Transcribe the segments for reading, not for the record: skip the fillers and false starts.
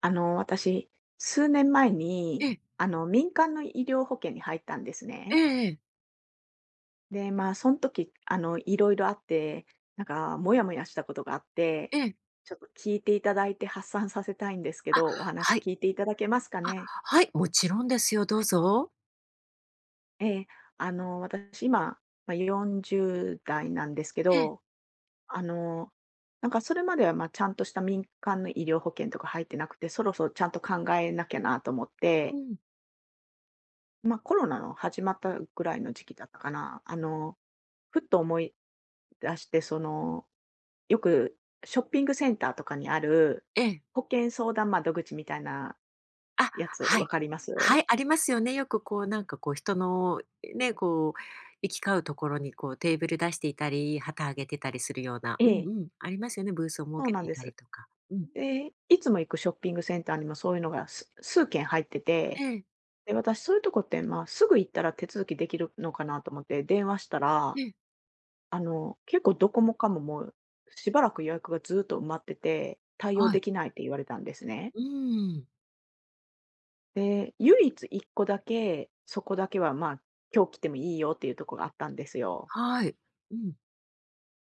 私、数年前えに、え、民間の医療保険に入ったんですえね。えええ、で、まあ、その時、いろいろあって、なんか、もやもやしたことがあって、ええ、ちょっと聞いていただいて発散させたいんですけど、お話はい。聞いていただけますかあ、ね。はい、もちろんですよ、どうぞ。ええ、私、今、まあ、40代なんですけええ、ど、あの、なんか、それまでは、まあ、ちゃんとした民間の医療保険とか入ってなくて、そろそろちゃんと考えなきゃなと思っうて、ん、まあ、コロナの始まったぐらいの時期だったかな。ふっと思い出して、その、よくショッピングセンターとかにあるええ、保険相談窓口みたいなあ、やつ、はわい。かります？はい、ありますよね。よくこうなんかこう人のね、こう行き交うところにこうテーブル出していたり、旗あげてたりするような、えうんえ、うん、ありますよね、ブースを設そうけなんていでたりす。とか。うん、で、いつも行くショッピングセンターにもそういうのが数件入ってえて、え、で、私そういうとこって、まあ、すぐ行ったら手続きできるのかなと思って電話したらええ、結構どこもかも、もうしばらく予約がずっと埋まってて、対応はでい、きないって言われたんですね。うーん、で、唯一1個だけ、そこだけは、まあ、今日来てもいいよっていうとこがあったんですよ。はい、うん、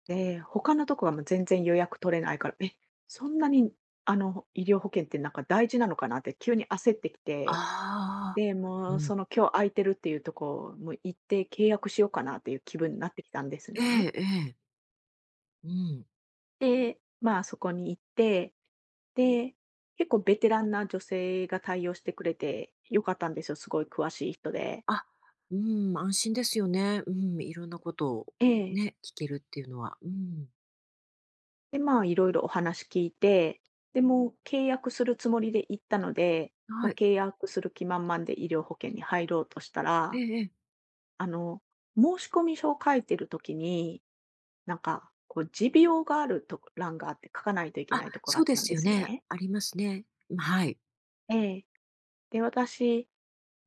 で、他のとこはもう全然予約取れないから、そんなに、医療保険ってなんか大事なのかなって急に焦ってきて、ああ、で、もううん、その今日空いてるっていうとこ、もう行って契約しようかなっていう気分になってきたんですええね。ええ、はい、うん、はい、うん。で、まあ、そこに行って、で、結構ベテランな女性が対応してくれて良かったんですよ、すごい詳しい人で。あ、うん、安心ですよね。うん、いろんなことをええ。ね、聞けるっていうのは。うん。で、まあ、いろいろお話聞いて、で、もう契約するつもりで行ったので、もはうい。契約する気満々で医療保険に入ろうとしたえら、えええ。あの、申込書を書いてる時に、なんか、こう、持病があると欄があって書かないといけあ、ないとこがあそうっでたんすでよすね。ね。ありますね。うん、はい。ええ。で、私、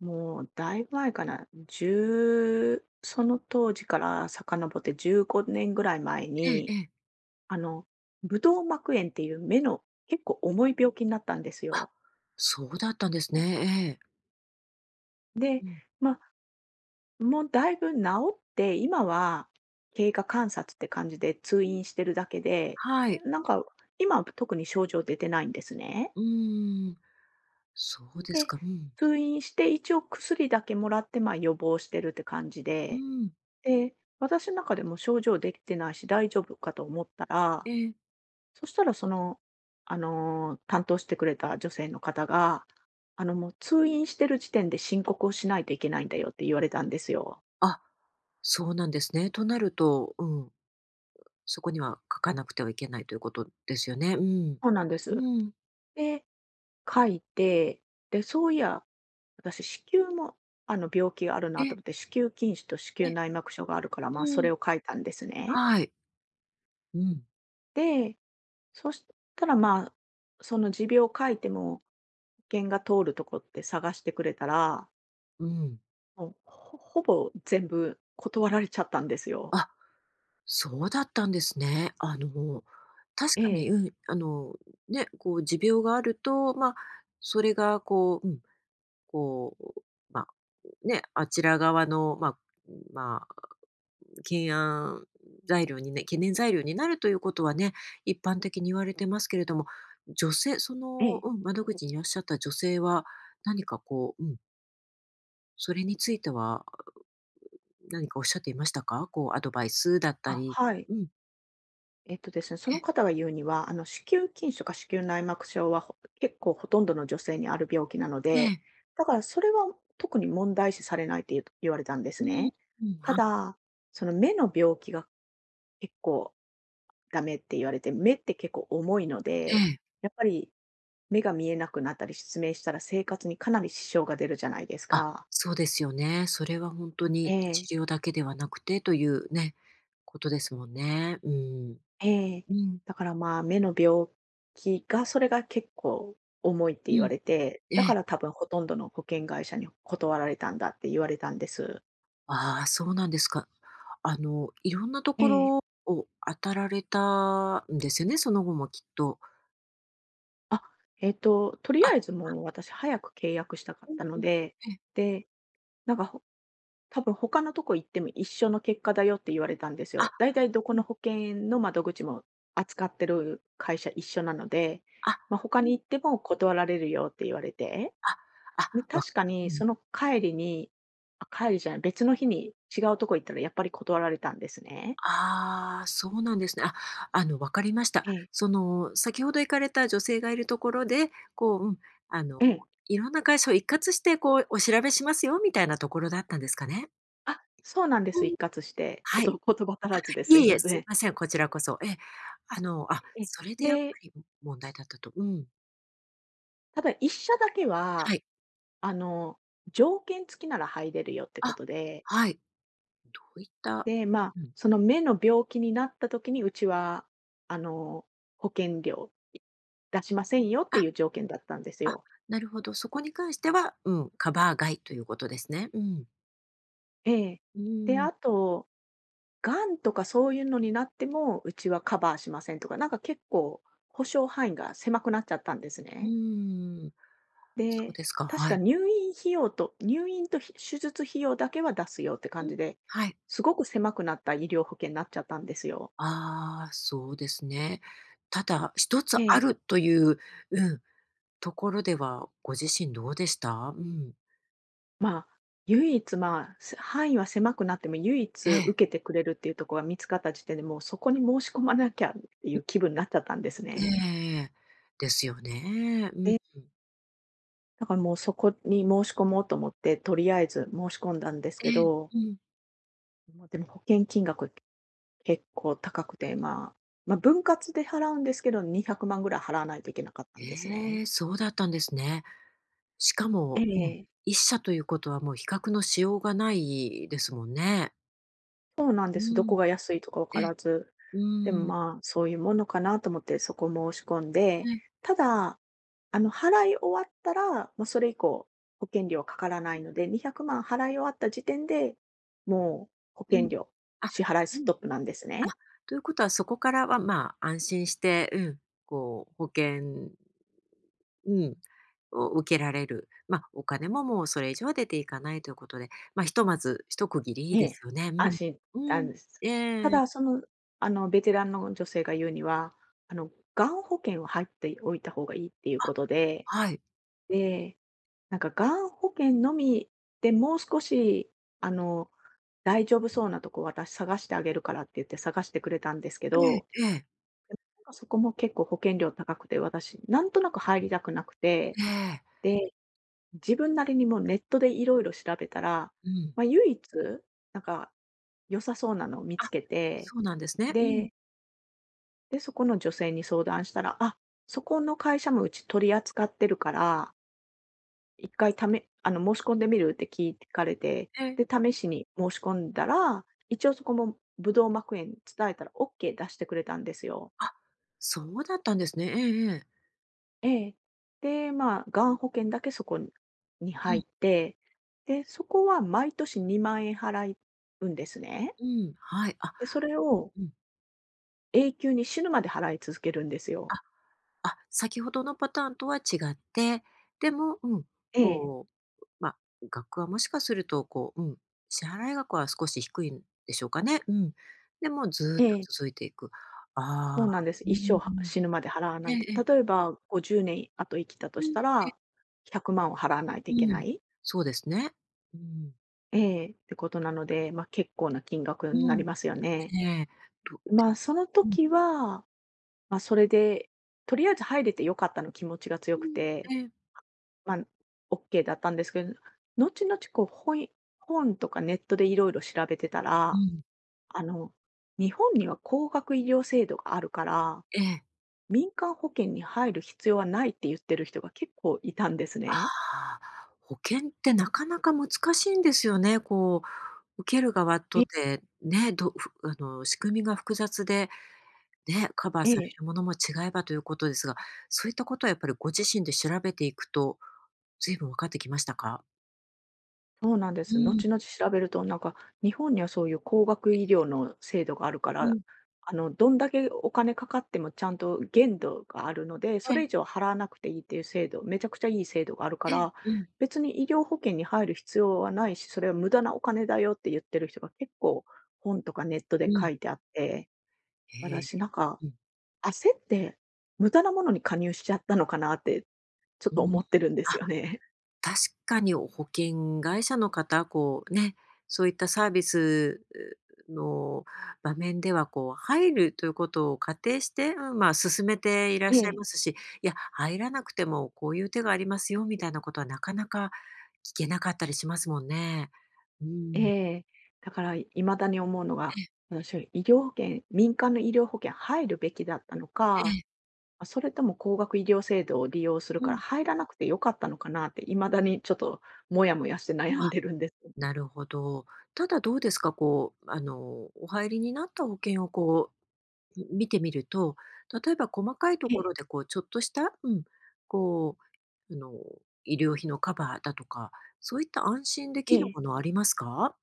もうだいぶ前かな、1その当時から遡って15年ぐらい前えええに、え。あの、ブドウ膜炎っていう目の結構重い病気になったんですあ、よ。そうだったんですね。ええ。で、うん。まあ、もうだいぶ治って、今は経過観察って感じで通うん。院してるだけで、はい。なんか今は特に症状出てないんですね。うーん、そうですで、か。うん。通院して一応薬だけもらって、ま、予防してるって感じうで。ん。で、私の中でも症状できてないし、大丈夫かと思ったら、ええ。そしたらその、担当してくれた女性の方が、もう通院してる時点で申告をしないといけないんだよって言われたんですよ。あ、そうなんですね。となると、うん、そこには書かなくてはいけないということですよね。うん。そうなんです。うん。で、書いて、で、そういや、私子宮も、病気があるえなとえ、思って、子宮筋腫と子え宮え、内膜症があるから、まあ、そうれん。を書いたんですね。はい。うん、でそしたら、まあ、その持病を書いても、保険が通るとこって探してくれたら、うん。もう、ほぼ全部断られちゃったんですよ。あ、そうだったんですね。あの、確えかに、え、うん、あの、ね、こう持病があると、まあ、それがこう、うん、こう、まあ、ね、あちら側の、まあまあ、懸案懸念材料になるということはね、一般的に言われてますけれども、その、ええ。うん、窓口にいらっしゃった女性は、何かこう、うん、それについては何かおっしゃっていましたか？こうアドバイスだったあ、り、はい。うん、ですね、そえ、の方が言うには、子宮筋腫か子宮内膜症は、結構ほとんどの女性にある病気なのえ。で、だからそれは特に問題視されないって言われたんですうん、ね。うん、たあ、だ、その目の病気が結構ダメって言われて、目って結構重いのえで、え。やっぱり目が見えなくなったり失明したら生活にかなり支障が出るじゃないですあ、か。そうですよね。それはほんとえにえ、治療だけではなくてというね、ことですもんね。うん。ええ。うん、だからまあ目の病気が、それが結構重いってう言わん、れて、えだえ。から多分ほとんどの保険会社に断られたんだって言われたんです。ああ、そうなんですか。あの、いろんなとえこえ。ろを当たられたんですよね、その後もきっと。あ、とりあ、あえずもう私早く契約したかっうんたのうん。で、ええ。でなんか、多分他のとこ行っても一緒の結果だよって言われたんですあ、よ。だいたいどこうのん。保険の窓口も扱ってる会社一緒なので、あ、まあ、他うにん。行っても断られるよって言われて、あ、で、あ、わ確かうにん。その帰りにあ、帰りじゃない、別の日に違うとこ行ったらやっぱり断られたんですね。ああ、そうなんですね。あ、あの、わかりました。ええ。その、先ほど行かれた女性がいるところで、こう、うん、あの、うん。いろんな会社を一括して、こう、お調べしますよみたいなところだったんですかね？あ、そうなんです、う一ん。括して。ちょっはい。と言葉足らずでいすえいいえ、ますせいん。ません、こちらこそ。えあの、あ、ええ。それでやっぱで、り、問題だったと。うん。ただ一社だけは、はい。あの、条件付きなら入れるよってこあ、とではい。どういった、で、まあ、うん。その目の病気になった時に、うちは、あの、保険料出しませんよってあ、いう条件だったんですあ、よ。なるほど、そこに関しては、うん、カバー外ということですね。うん。ええ。うで、ん。あと、がんとかそういうのになっても、うちはカバーしませんとか、なんか結構保証範囲が狭くなっちゃったんですうね。ん。そうで、ですか、確はかい。入院費用と、入院と手術費用だけは出すよってう感じん、で、はい。すごく狭くなった医療保険になっちゃったんですよ。ああ、そうですね。ただ、一つえあえ。るという、うん、ところでは、ご自身どうでした？うん。まあ、唯一、まあ、範囲は狭くなっても、唯一ええ、受けてくれるっていうところが見つかった時点で、もうそこに申し込まなきゃっていう気分になっちゃったんですえね。えええ、ですよね。うん。えだからもうそこに申し込もうと思って、とりあえず申し込んだんですえけえ、ど、うん。もうでも保険金額結構高くて、まあ、分割で払うんですけど、200万ぐらい払わないといけなかったんですね。ええ、そうだったんですね。しかえも、うん、え。一社ということはもう比較のしようがないですもんね。そうなんでうす。どこん。が安いとか分かえ、らず。うでもん、まあ、そういうものかなと思ってそこ申し込んで、え、ただ、払い終わったら、もうそれ以降、保険料かからないので、200万払い終わった時点で、もう保う険ん。料あ、支払いうスん。トップなんですあ、ね。ということはそこからは、まあ、安心して、うん、こう保険、うん、を受けられる。まあ、お金ももうそれ以上は出ていかないということで、まあ、ひとまず一区切りいえいでえ。すよね。う安ん。心なうんん。です。たええ。だ、その、ベテランの女性が言うには、あの、がん保険を入っておいた方がいいっていうことで、はい。でなんか、がん保険のみで、もう少し、あの、大丈夫そうなとこ私探してあげるからって言って探してくれたんですけど、ええええ。なんかそこも結構保険料高くて、私なんとなく入りたくなくて、ええ。で、自分なりにもうネットでいろいろ調べたら、うん。まあ、唯一、なんか、良さそうなのを見つあ、けて、そうなんですね。うん。でで、そこの女性に相談したら、あ、そこの会社もうち取り扱ってるから一回ためあの、申し込んでみるって聞かれて、ええ。で、試しに申し込んだら、一応そこもブドウ膜炎伝えたらオッケー出してくれたんですよ。あ、そうだったんですね。ええええ。ええ。で、まあ、がん保険だけそこに入っうて、で、そこは毎年2万円払うんですね。ん、うん。はい。あ、で、それうんをうん。永久に死ぬまで払い続けるんですよ。ああ、先ほどのパターンとは違って、でも、うん、ええ、こう、まあ、額はもしかすると、こう、うん、支払い額は少し低いんでしょうかね。うん。でもずえっとえ、続いていく。そあうあ、なんです。う一生はん。死ぬまで払わなええいえと。え。例えば50年後生きたとうしん、たええ、ら、100万を払わないとういけなん。い。そうですね。うん。ええ、ってことなので、まあ、結構な金額うになりん、ますよね。ええ。と、で、まあ、そのうん、時は、まあ、それで、とりあえず入れてよかったの気持ちが強うくん、て、ええ、まあ、オッケーだったんですけど、後々こう、本とかネットでいろいろ調べてたうら、ん、あの、日本には高額医療制度があるから、ええ。民間保険に入る必要はないって言ってる人が結構いたんですね。ああ、保険ってなかなか難しいんですよね。こう受ける側とええて、ね、どふあの、仕組みが複雑で、ね、カバーえされえ。るものも違えばということですが、そういったことはやっぱりご自身で調べていくと、随分分かってきましたか？そうなんでうす。ん、後々調べると、なんか、日本にはそういう高額医療の制度があるかうら、ん、どんだけお金かかってもちゃんと限度があるので、そえれえ、以上払わなくていいっていう制度、めちゃくちゃいい制度があるかええ、ら、うん、別に医療保険に入る必要はないし、それは無駄なお金だよって言ってる人が結構本とかネットうで書ん。いてあって、へえ、私なんかうん、焦って無駄なものに加入しちゃったのかなってちょっうと思ん。ってるんであ、すよね。確かに保険会社の方、こうね、そういったサービスの場面では、こう入るということを仮定して、うん、まあ、進めていらっしゃい えまえすし、いや、入らなくてもこういう手がありますよみたいなことはなかなか聞けなかったりしますもんね。うえん。え。だから未だに思うのが、ええ私は医療保険民間の医療保険入るべきだったのえか、え、あ、それとも高額医療制度を利用するうからん。入らなくて良かったのかなって未だにちょっともやもやしてあ、悩んでるんです。なるほど。ただどうですか、こう、あの、お入りになった保険をこう見てみると、例えば細かいとええ、ころでこうちょっとした、うん、こう、あの、医療費のカバーだとか、そういった安心でえきるえ。ものありますか？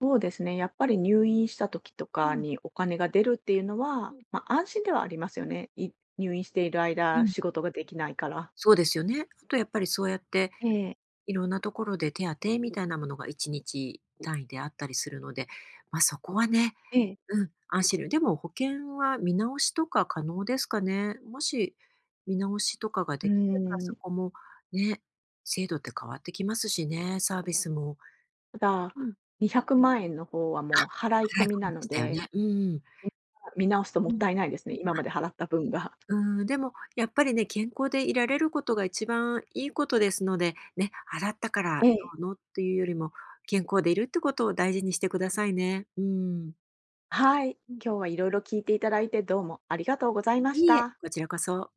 そうですね、やっぱり入院した時とうかん、にお金が出るっていうのうは、ん、まあ、安心ではありますよね。入院しているう間ん。仕事ができないから。そうですよね。あとやっぱりそうやって、ええ、いろんなところで手当みたいなものが1日単位であったりするので、まあ、そこはね、ええ。うん、安心料。でも保険は見直しとか可能ですかね？もし見直しとかがうーできれば、そん、こもね、制度って変わってきますしね、サービスも。ただ、うん。200万円の方はあ、もう払い込払い込みなみでのしたよでね。うん。今見直すともうっん。たいないですね、今まで払った分が。うん、でもやっぱりね、健康でいられることが一番いいことですので、ね、払ったかえらえ。どうのっていうよりも、健康でいるってことを大事にしてくださいね。うん。はい、うん。今日はいろいろ聞いていただいてどうもありがとうございましいいえ、た。こちらこそ。